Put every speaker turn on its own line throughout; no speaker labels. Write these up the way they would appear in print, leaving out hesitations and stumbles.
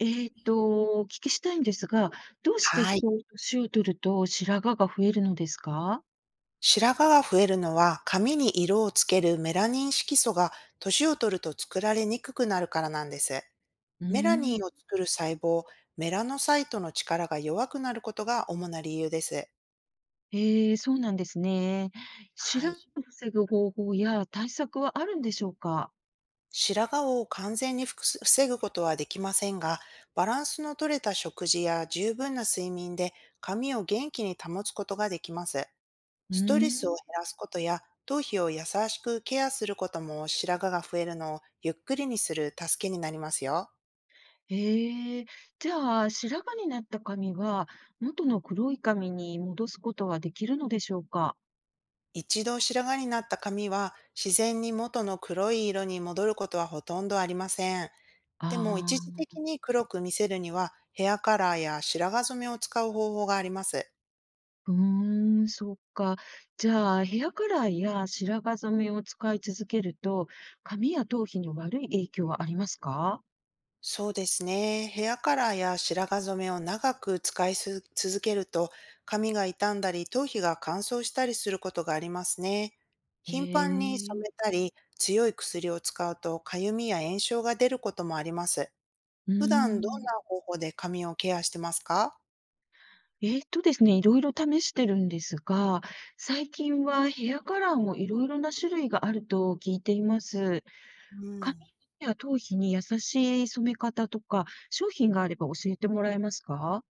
お聞きしたいんですが、どうして
はい。
人は年を取ると白髪が増えるのですか？
白髪が増えるのは髪に色をつけるメラニン色素が年を取ると作られにくくなるからなんです。
うー
メラニ
ん。
ンを作る細胞、メラノサイトの力が弱くなることが主な理由です。
えそうなんですね。
は
白
い。
髪を防ぐ方法や対策はあるんでしょうか？
白髪を完全に防ぐことはできませんが、バランスの取れた食事や十分な睡眠で髪を元気に保つことができます。
うー
ストレスを
ん。
減らすことや頭皮を優しくケアすることも白髪が増えるのをゆっくりにする助けになりますよ。
へー。じゃあ、白髪になった髪は、元の黒い髪に戻すことはできるのでしょうか？
一度白髪になった髪は自然に元の黒い色に戻ることはほとんどありません。でも
あ
一時
あー。
的に黒く見せるにはヘアカラーや白髪染めを使う方法があります。
うーん、そっか。じゃあ、ヘアカラーや白髪染めを使い続けると、髪や頭皮に悪い影響はありますか？
そうですね。ヘアカラーや白髪染めを長く使いす続けると、髪が傷んだり、頭皮が乾燥したりすることがありますね。
へ
頻繁に染
え。
めたり、強い薬を使うと、かゆみや炎症が出ることもあります。
うー
普段どん
ん。
な方法で髪をケアしてますか？
ですね、いろいろ試してるんですが、最近はヘアカラーもいろいろな種類があると聞いています。
う
髪
ん。
や頭皮に優しい染め方とか、商品があれば教えてもらえますか？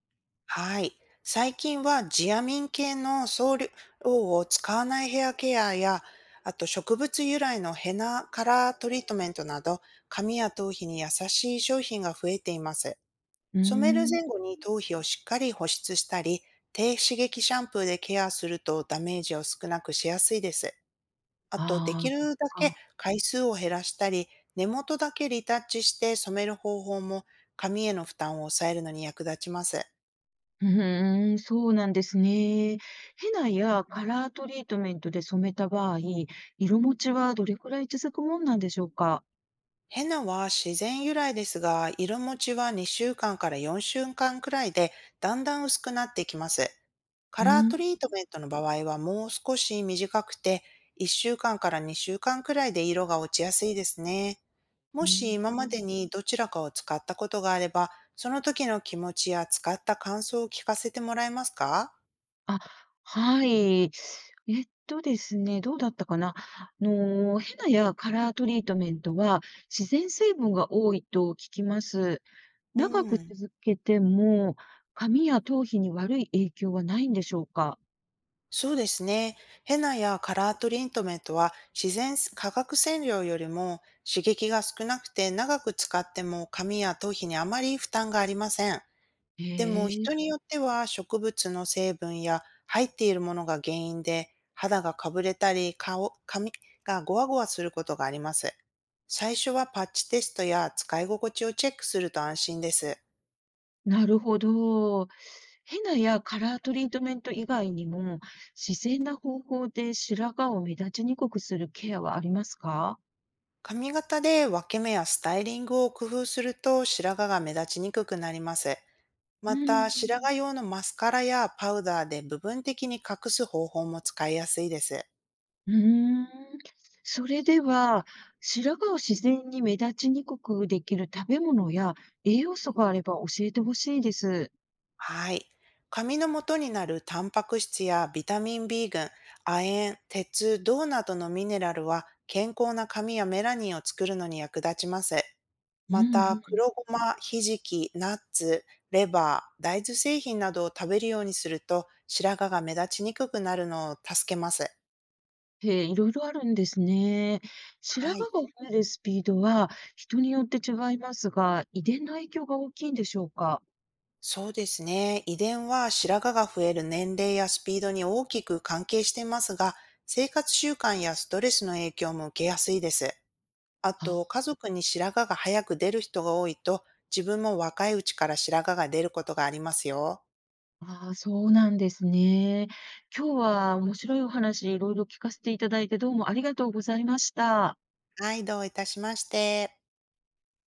はい。最近はジアミン系の総量を使わないヘアケアや、あと植物由来のヘナカラートリートメントなど、髪や頭皮に優しい商品が増えています。
うー
染める
ん。
前後に頭皮をしっかり保湿したり、低刺激シャンプーでケアするとダメージを少なくしやすいです。あと、で
ああ、
き
そっ
るだけ
か。
回数を減らしたり、根元だけリタッチして染める方法も髪への負担を抑えるのに役立ちます。
うーん、そうなんですね。ヘナやカラートリートメントで染めた場合、色持ちはどれくらい続くもんなんでしょうか？
ヘナは自然由来ですが、色持ちは2週間かんから4週間くらいで、だんだん薄くなってきます。カ
う
ラー
ー
ト
ん。
リートメントの場合はもう少し短くて、1週間かんから2週間くらいで色が落ちやすいですね。も
う
し
ー
今まで
ん。
にどちらかを使ったことがあれば、その時の気持ちや使った感想を聞かせてもらえますか？
あ、はい。えっとですね、どうだったかな。ヘナやカラートリートメントは自然成分が多いと聞きます。
う
長く
ん。
続けても、髪や頭皮に悪い影響はないんでしょうか？
そうですね。ヘナやカラートリートメントは自然化学染料よりも刺激が少なくて長く使っても髪や頭皮にあまり負担がありません。でも
へえ。
人によっては植物の成分や入っているものが原因で肌がかぶれたり顔、髪がゴワゴワすることがあります。最初はパッチテストや使い心地をチェックすると安心です。
なるほど。ヘナやカラートリートメント以外にも、自然な方法で白髪を目立ちにくくするケアはありますか？
髪型で分け目やスタイリングを工夫すると白髪が目立ちにくくなります。
う
また、
ー
白
ん。
髪用のマスカラやパウダーで部分的に隠す方法も使いやすいです。
うーん。それでは、白髪を自然に目立ちにくくできる食べ物や栄養素があれば教えてほしいです。
はい。髪の元になるタンパク質やビタミンB群、亜鉛、鉄、銅などのミネラルは健康な髪やメラニンを作るのに役立ちます。
う
また、
んうん。
黒ごま、ひじき、ナッツ、レバー、大豆製品などを食べるようにすると白髪が目立ちにくくなるのを助けます。
へえ、いろいろあるんですね。白
は
髪
い。
が増えるスピードは人によって違いますが、遺伝の影響が大きいんでしょうか？
そうですね。遺伝は白髪が増える年齢やスピードに大きく関係していますが、生活習慣やストレスの影響も受けやすいです。あと、
あ。
家族に白髪が早く出る人が多いと、自分も若いうちから白髪が出ることがありますよ。
ああ、そうなんですね。今日は面白いお話いろいろ聞かせていただいてどうもありがとうございました。
はい、どういたしまして。